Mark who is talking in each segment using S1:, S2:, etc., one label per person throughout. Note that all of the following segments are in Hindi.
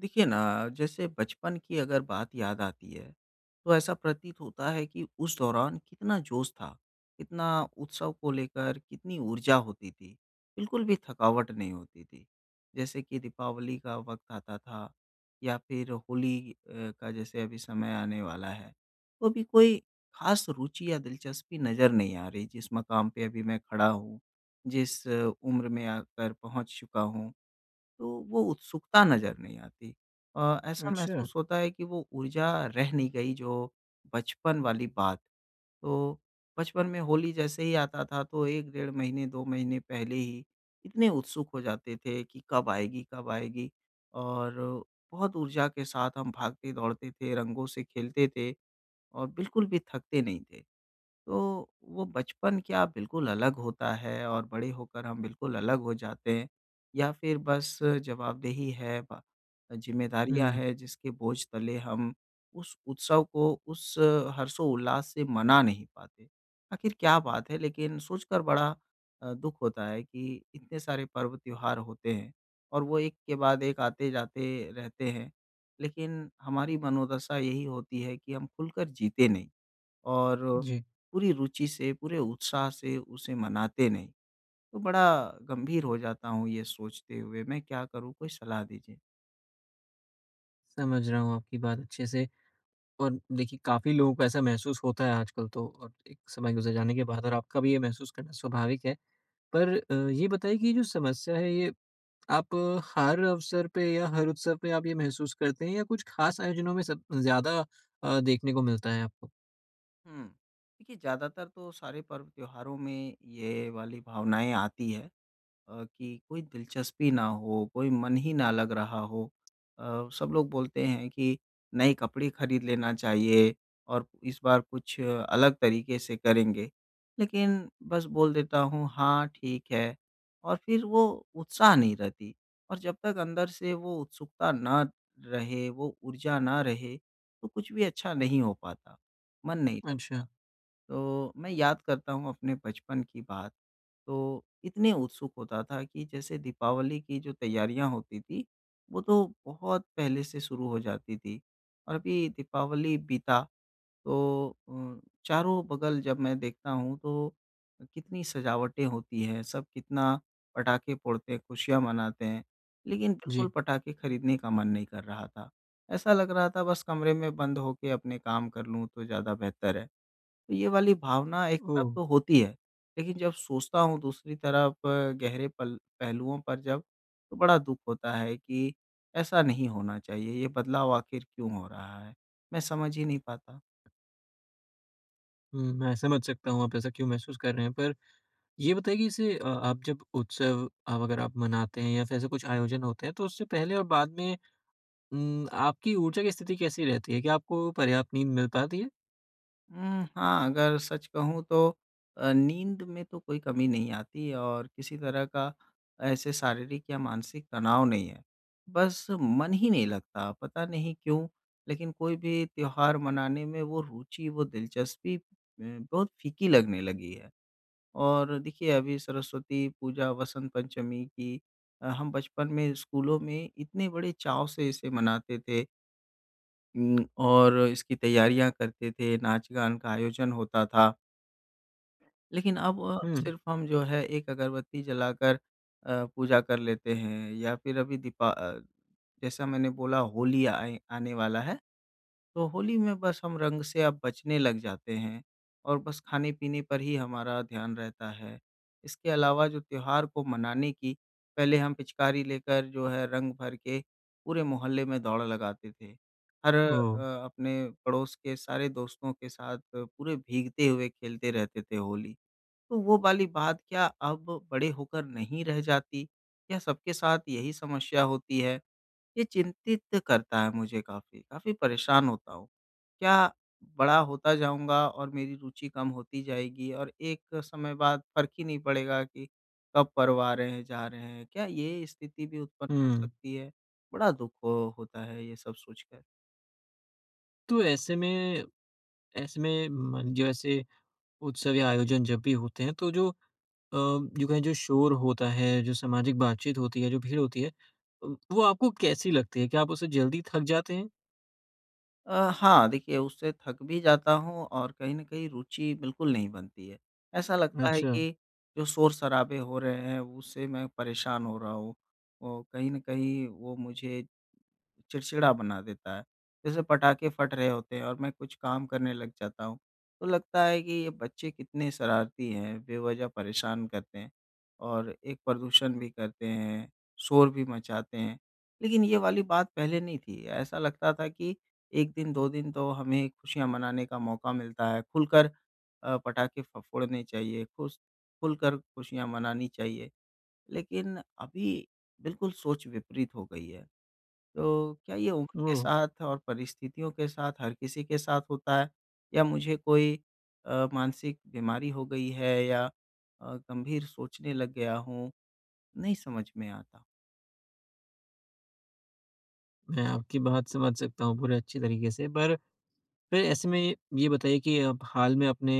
S1: देखिए ना, जैसे बचपन की अगर बात याद आती है, तो ऐसा प्रतीत होता है कि उस दौरान कितना जोश था, कितना उत्सव को लेकर कितनी ऊर्जा होती थी। बिल्कुल भी थकावट नहीं होती थी। जैसे कि दीपावली का वक्त आता था या फिर होली का जैसे अभी समय आने वाला है। तो अभी कोई खास रुचि या दिलचस्पी नज़र नहीं आ रही जिस मकाम पे अभी मैं खड़ा हूँ, जिस उम्र में आकर पहुँच चुका हूँ, तो वो उत्सुकता नज़र नहीं आती। ऐसा
S2: अच्छा।
S1: महसूस होता है कि वो ऊर्जा रह नहीं गई जो बचपन वाली बात। तो बचपन में होली जैसे ही आता था तो 1 डेढ़ महीने 2 महीने पहले ही इतने उत्सुक हो जाते थे कि कब आएगी, कब आएगी। और बहुत ऊर्जा के साथ हम भागते-दौड़ते थे, रंगों से खेलते थे, और बिल्कुल भी थकते नहीं थे। तो वो बचपन क्या बिल्कुल अलग होता है और बड़े होकर हम बिल्कुल अलग हो जाते हैं, या फिर बस जवाबदेही है जिम्मेदारियां
S2: हुँ।
S1: हैं जिसके बोझ तले हम उस उत्सव को, उस हर्षो उल्लास से मना नहीं पाते। आखिर क्या बात है, लेकिन सोचकर बड़ा दुख होता है कि इतने सारे पर्व त्योहार होते हैं और वो एक के बाद एक आते जाते रहते हैं, लेकिन हमारी मनोदशा यही होती है कि हम खुलकर जीते नहीं और
S2: जी,
S1: पूरी रुचि से, पूरे उत्साह से उसे मनाते नहीं। तो बड़ा गंभीर हो जाता हूँ ये सोचते हुए, मैं क्या करूँ? कोई सलाह दीजिए।
S2: समझ रहा हूँ आपकी बात अच्छे से। और देखिए, काफ़ी लोगों को ऐसा महसूस होता है आजकल, तो और एक समय गुज़र जाने के बाद और आपका भी ये महसूस करना स्वाभाविक है। पर ये बताइए कि ये जो समस्या है, ये आप हर अवसर पे या हर उत्सव पे आप ये महसूस करते हैं या कुछ ख़ास आयोजनों में सब ज़्यादा देखने को मिलता है आपको?
S1: हुँ। देखिए, ज़्यादातर तो सारे पर्व त्योहारों में ये वाली भावनाएँ आती है। कि कोई दिलचस्पी ना हो, कोई मन ही ना लग रहा हो। सब लोग बोलते हैं कि नए कपड़े खरीद लेना चाहिए और इस बार कुछ अलग तरीके से करेंगे। लेकिन बस बोल देता हूँ हाँ, ठीक है, और फिर वो उत्साह नहीं रहती। और जब तक अंदर से वो उत्सुकता ना रहे, वो ऊर्जा ना रहे, तो कुछ भी अच्छा नहीं हो पाता, मन नहीं
S2: अच्छा।
S1: लगता। तो मैं याद करता हूँ अपने बचपन की बात। तो इतने उत्सुक होता था कि जैसे दीपावली की जो तैयारियाँ होती थी, वो तो बहुत पहले से शुरू हो जाती थी। और अभी दीपावली बीता तो चारों बगल जब मैं देखता हूँ तो कितनी सजावटें होती हैं, सब कितना पटाखे फोड़ते हैं, खुशियाँ मनाते हैं, लेकिन बिल्कुल
S2: जी।
S1: पटाखे खरीदने का मन नहीं कर रहा था। ऐसा लग रहा था बस कमरे में बंद होके अपने काम कर लूँ तो ज़्यादा बेहतर है। तो ये वाली भावना एक तरफ
S2: ओह!
S1: तो होती है, लेकिन जब सोचता हूँ दूसरी तरफ गहरे पल पहलुओं पर जब, तो बड़ा दुःख होता है कि ऐसा नहीं होना चाहिए, ये बदलाव आखिर क्यों हो रहा है? मैं समझ ही नहीं पाता।
S2: हुँ, मैं समझ सकता हूँ आप ऐसा क्यों महसूस कर रहे हैं, पर ये बताइए कि इसे आप जब उत्सव आप अगर आप मनाते हैं या फिर ऐसे कुछ आयोजन होते हैं तो उससे पहले और बाद में आपकी ऊर्जा की स्थिति कैसी रहती है? क्या आपको पर्याप्त नींद मिल पाती है?
S1: हाँ, अगर सच कहूँ तो नींद में तो कोई कमी नहीं आती, और किसी तरह का ऐसे शारीरिक या मानसिक तनाव नहीं है। बस मन ही नहीं लगता, पता नहीं क्यों? लेकिन कोई भी त्योहार मनाने में वो रुचि, वो दिलचस्पी बहुत फीकी लगने लगी है। और देखिए, अभी सरस्वती पूजा, वसंत पंचमी की हम बचपन में स्कूलों में इतने बड़े चाव से इसे मनाते थे, और इसकी तैयारियाँ करते थे, नाच-गान का आयोजन होता था। लेकिन अब
S2: हुँ।
S1: सिर्फ़ हम जो है एक अगरबत्ती जलाकर पूजा कर लेते हैं, या फिर अभी जैसा मैंने बोला होली आए आने वाला है, तो होली में बस हम रंग से अब बचने लग जाते हैं और बस खाने-पीने पर ही हमारा ध्यान रहता है। इसके अलावा जो त्योहार को मनाने की पहले हम पिचकारी लेकर जो है रंग भर के पूरे मोहल्ले में दौड़ लगाते थे। हर
S2: ओह!
S1: अपने पड़ोस के सारे दोस्तों के साथ पूरे भीगते हुए खेलते रहते थे होली। तो वो वाली बात क्या अब बड़े होकर नहीं रह जाती? क्या सबके साथ यही समस्या होती है? ये चिंतित करता है मुझे, काफ़ी, काफ़ी परेशान होता हूँ। क्या बड़ा होता जाऊँगा और मेरी रुचि कम होती जाएगी और एक समय बाद फ़र्क ही नहीं पड़ेगा कि कब पर्व आ रहे हैं, जा रहे हैं। क्या ये स्थिति भी उत्पन्न हो
S2: हुँ।
S1: सकती है? बड़ा दुःख हो होता है ये सब सोचकर।
S2: तो ऐसे में मन जो ऐसे उत्सव या आयोजन जब भी होते हैं तो जो अ, जो कहें जो शोर होता है, जो सामाजिक बातचीत होती है, जो भीड़ होती है, वो आपको कैसी लगती है? क्या आप उससे जल्दी थक जाते हैं?
S1: हाँ, देखिए उससे थक भी जाता हूँ और कहीं न कहीं रुचि बिल्कुल नहीं बनती है। ऐसा लगता है
S2: अच्छा।
S1: कि जो शोर-शराबे हो रहे हैं उससे मैं परेशान हो रहा हूँ। वो कहीं न कहीं वो मुझे चिड़चिड़ा बना देता है। जैसे पटाखे फट रहे होते हैं और मैं कुछ काम करने लग जाता हूँ, तो लगता है कि ये बच्चे कितने शरारती हैं, बेवजह परेशान करते हैं और एक प्रदूषण भी करते हैं, शोर भी मचाते हैं। लेकिन ये वाली बात पहले नहीं थी, ऐसा लगता था कि 1 दिन 2 दिन तो हमें खुशियाँ मनाने का मौका मिलता है, खुलकर पटाखे फ फोड़ने चाहिए, खुश खुलकर खुशियाँ मनानी चाहिए। लेकिन अभी बिल्कुल सोच विपरीत हो गई है। तो क्या ये उम्र के
S2: ओह!
S1: साथ और परिस्थितियों के साथ हर किसी के साथ होता है? या मुझे कोई मानसिक बीमारी हो गई है, या गंभीर सोचने लग गया हूँ, नहीं समझ में आता।
S2: मैं आपकी बात समझ सकता हूँ पूरे अच्छी तरीके से, पर फिर ऐसे में ये बताइए कि आप हाल में अपने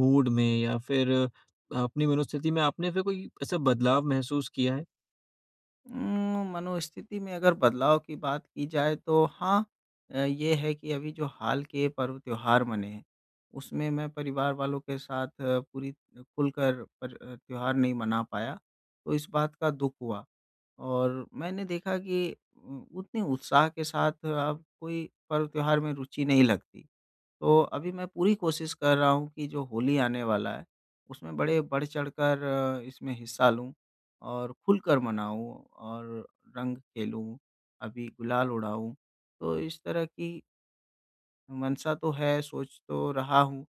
S2: मूड में या फिर अपनी मनोस्थिति में आपने फिर कोई ऐसा बदलाव महसूस किया है?
S1: मनोस्थिति में अगर बदलाव की बात की जाए तो हाँ, ये है कि अभी जो हाल के पर्व त्योहार मने हैं, उसमें मैं परिवार वालों के साथ पूरी खुलकर पर त्योहार नहीं मना पाया, तो इस बात का दुःख हुआ। और मैंने देखा कि उ उतने उत्साह के साथ अब कोई पर्व त्योहार में रुचि नहीं लगती। तो अभी मैं पूरी कोशिश कर रहा हूँ कि जो होली आने वाला है, उसमें बड़े बढ़-चढ़ कर इसमें हिस्सा लूँ और खुलकर मनाऊँ और रंग खेलूँ, अबी गुलाल उड़ाऊँ। तो इस तरह की मंशा तो है, सोच तो रहा हूँ,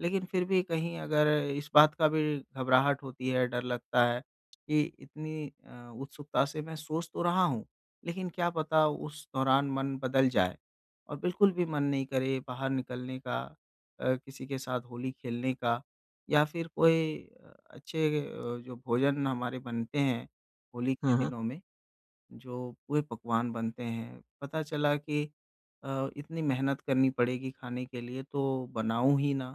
S1: लेकिन फिर भी कहीं अगर इस बात का भी घबराहट होती है, डर लगता है कि इतनी उत्सुकता से मैं सोच तो रहा हूँ, लेकिन क्या पता उस दौरान मन बदल जाए और बिल्कुल भी मन नहीं करे बाहर निकलने का, किसी के साथ होली खेलने का, या फिर कोई अच्छे जो भोजन हमारे बनते हैं होली के
S2: हाँ, हाँ।
S1: दिनों में, जो पूरे पकवान बनते हैं। पता चला कि इतनी मेहनत करनी पड़ेगी खाने के लिए तो बनाऊँ ही ना।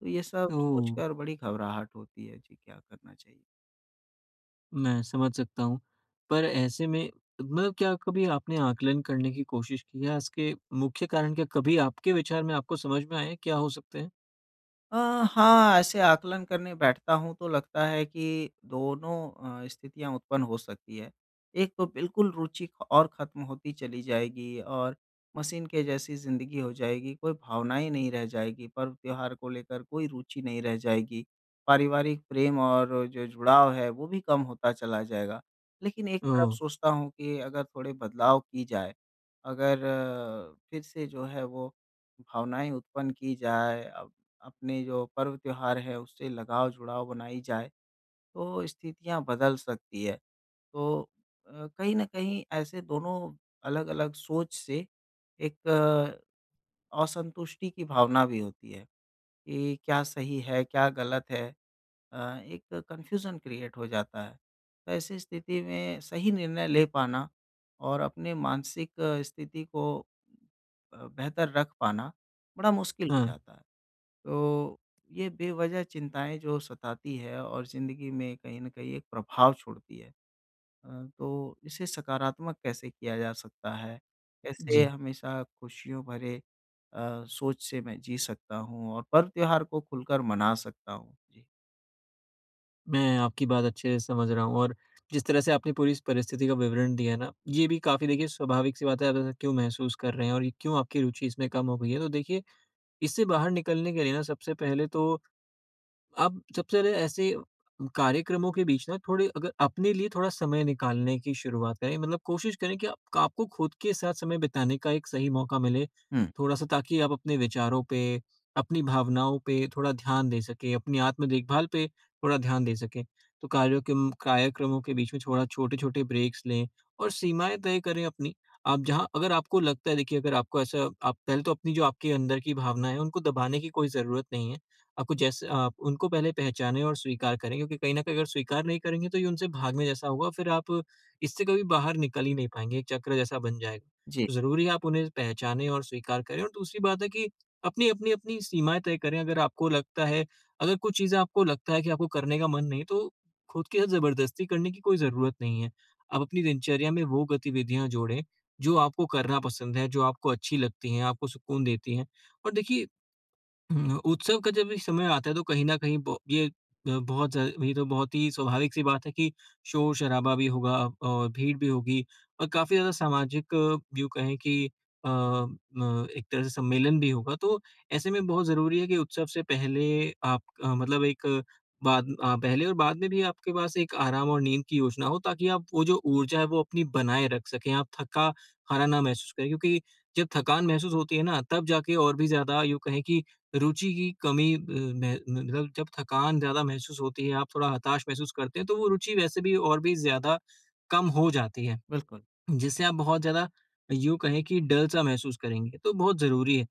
S1: तो ये सब
S2: ओह!
S1: सोचकर बड़ी घबराहट होती है। जी, क्या करना चाहिए?
S2: मैं समझ सकता हूँ। पर ऐसे में मतलब क्या कभी आपने आकलन करने की कोशिश की है? इसके मुख्य कारण क्या कभी आपके विचार में आपको समझ में आए, क्या हो सकते हैं?
S1: अ, हाँ, ऐसे आकलन करने बैठता हूँ तो लगता है कि दोनों स्थितियाँ उत्पन्न हो सकती है। एक तो बिल्कुल रुचि ख और ख़त्म होती चली जाएगी और मशीन के जैसी ज़िंदगी हो जाएगी, कोई भावनाएँ नहीं रह जाएगी, पर्व-त्योहार को लेकर कोई रुचि नहीं रह जाएगी। पारिवारिक प्रेम और जो जुड़ाव है वो भी कम होता चला जाएगा। लेकिन एक तरफ
S2: ओह!
S1: सोचता हूँ कि अगर थोड़े बदलाव की जाए, अगर फिर से जो है वो भावनाएँ उत्पन्न की जाए, अपने जो पर्व त्योहार है उससे लगाव-जुड़ाव बनाई जाए, तो स्थितियाँ बदल सकती है। तो कहीं न कहीं ऐसे दोनों अलग-अलग सोच से एक असंतुष्टि की भावना भी होती है कि क्या सही है, क्या गलत है? अ, एक कन्फ्यूज़न क्रिएट हो जाता है। तो ऐसी स्थिति में सही निर्णय ले पाना और अपने मानसिक स्थिति को बेहतर रख पाना बड़ा मुश्किल हो
S2: हाँ।
S1: जाता है। तो ये बेवजह चिंताएँ जो सताती है और ज़िंदगी में कहीं न कहीं एक प्रभाव छोड़ती है। अ, तो इसे सकारात्मक कैसे किया जा सकता है? कैसे
S2: जी।
S1: हमेशा खुशियों भरे सोच से मैं जी सकता हूँ और पर्व त्योहार को खुलकर मना सकता हूँ? जी।
S2: मैं आपकी बात अच्छे से समझ रहा हूँ, और जिस तरह से आपने पूरी इस परिस्थिति का विवरण दिया है ना, ये भी काफ़ी, देखिए, स्वाभाविक सी बात है आप ऐसा क्यों महसूस कर रहे हैं और ये क्यों आपकी रुचि इसमें कम हो गई है। तो देखिए, इससे बाहर निकलने के लिए ना सबसे पहले तो अब सबसे पहले ऐसे कार्यक्रमों के बीच ना, थोड़े अगर अपने लिए थोड़ा समय निकालने की शुरुआत करें, मतलब कोशिश करें कि आप आपको खुद के साथ समय बिताने का एक सही मौका मिले
S1: हुँ,
S2: थोड़ा सा, ताकि आप अपने विचारों पे, अपनी भावनाओं पे थोड़ा ध्यान दे सकें, अपनी आत्म देखभाल पे थोड़ा ध्यान दे सकें। तो कार्यों के कार्यक्रमों के बीच में थोड़ा छोटे छोटे ब्रेक्स लें और सीमाएं तय करें अपनी। आप जहाँ, अगर आपको लगता है, देखिए, अगर आपको ऐसा, आप पहले तो अपनी जो आपके अंदर की भावना है उनको दबाने की कोई ज़रूरत नहीं है। आपको जैसे, आप उनको पहले पहचानें और स्वीकार करें, क्योंकि कहीं न कहीं अगर स्वीकार नहीं करेंगे तो ये उनसे भागने जैसा होगा, फिर आप इससे कभी बाहर निकल ही नहीं पाएँगे, एक चक्र जैसा बन जाएगा।
S1: जी,
S2: तो ज़रूरी है आप उन्हें पहचानें और स्वीकार करें। और दूसरी बात है कि अपनी सीमाएँ तय करें। अगर आपको लगता है, अगर कुछ चीज़ें आपको लगता है कि आपको करने का मन नहीं, तो खुद के साथ ज़बरदस्ती करने की कोई ज़रूरत नहीं है। आप अपनी दिनचर्या में वो गतिविधियाँ जोड़ें, जो आपको करना पसंद है, जो आपको अच्छी लगती हैं, आपको सुकून देती हैं। और देखिए, हुँ, उत्सव का जब ये समय आता है तो कहीं न कहीं ब ये, अ, बहुत ज़ ये तो बहुत ही स्वाभाविक सी बात है कि शोर-शराबा भी होगा और भीड़ भी होगी और काफ़ी ज़्यादा सामाजिक, यूँ कहें कि एक तरह से सम्मेलन भी होगा। तो ऐसे में बहुत ज़रूरी है कि उत्सव से पहले आप, मतलब एक, पहले और बाद में भी आपके पास एक आराम और नींद की योजना हो, ताकि आप वो जो ऊर्जा है वो अपनी बनाए रख सकें, आप थका-हारा ना महसूस करें। क्योंकि जब थकान महसूस होती है ना, तब जाके और भी ज़्यादा, यूँ कहें कि रुचि की कमी, अ, मह मतलब जब थकान ज़्यादा महसूस होती है, आप थोड़ा हताश महसूस करते हैं, तो वो रुचि वैसे भी और भी ज़्यादा कम हो जाती है,
S1: बिल्कुल।
S2: जिससे आप बहुत ज़्यादा, यूँ कहें कि डल-सा महसूस करेंगे, तो बहुत ज़रूरी है।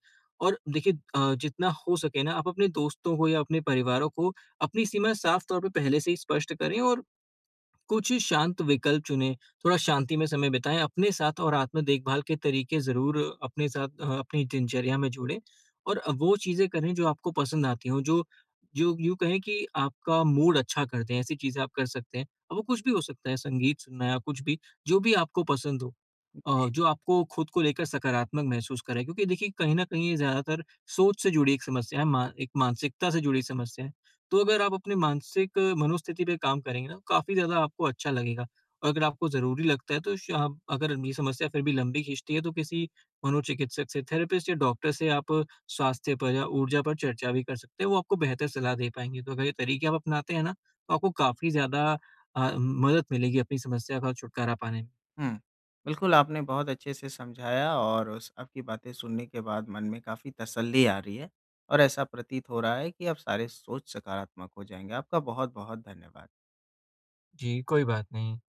S2: और देखिए, जितना हो सके ना, आप अपने दोस्तों को या अपने परिवारों को अपनी सीमा साफ़ तौर पे पहले से ही स्पष्ट करें और कुछ शांत विकल्प चुनें, थोड़ा शांति में समय बिताएँ अपने साथ, और आत्म देखभाल के तरीके ज़रूर अपने साथ, अपनी दिनचर्या में जोड़ें, और वो चीज़ें करें जो आपको पसंद आती हों, जो जो यूँ कहें कि आपका मूड अच्छा कर दें, ऐसी चीज़ें आप कर सकते हैं। अब वो कुछ भी हो सकता है, संगीत सुनना या कुछ भी, जो भी आपको पसंद हो, जो आपको खुद को लेकर सकारात्मक महसूस कराए। क्योंकि देखिए, कहीं न कहीं ये ज़्यादातर सोच से जुड़ी एक समस्या है, मा एक मानसिकता से जुड़ी समस्या है। तो अगर आप अपनी मानसिक मनोस्थिति पे काम करेंगे ना, तो काफ़ी ज़्यादा आपको अच्छा लगेगा। और अगर आपको ज़रूरी लगता है तो श आप, अगर ये समस्या फिर भी लंबी खींचती है, तो किसी मनोचिकित्सक से, थेरेपिस्ट या डॉक्टर से आप स्वास्थ्य पर या ऊर्जा पर चर्चा भी कर सकते हैं, वो आपको बेहतर सलाह दे पाएँगे। तो अगर ये तरीके आप अपनाते हैं ना, तो आपको काफ़ी ज़्यादा मदद मिलेगी अपनी समस्या का छुटकारा पाने में।
S1: हुँ, बिल्कुल आपने बहुत अच्छे से समझाया, और उस आपकी बातें सुनने के बाद मन में काफ़ी तसल्ली आ रही है और ऐसा प्रतीत हो रहा है कि अब सारे सोच सकारात्मक हो जाएँगे। आपका बहुत-बहुत धन्यवाद।
S2: जी, कोई बात नहीं।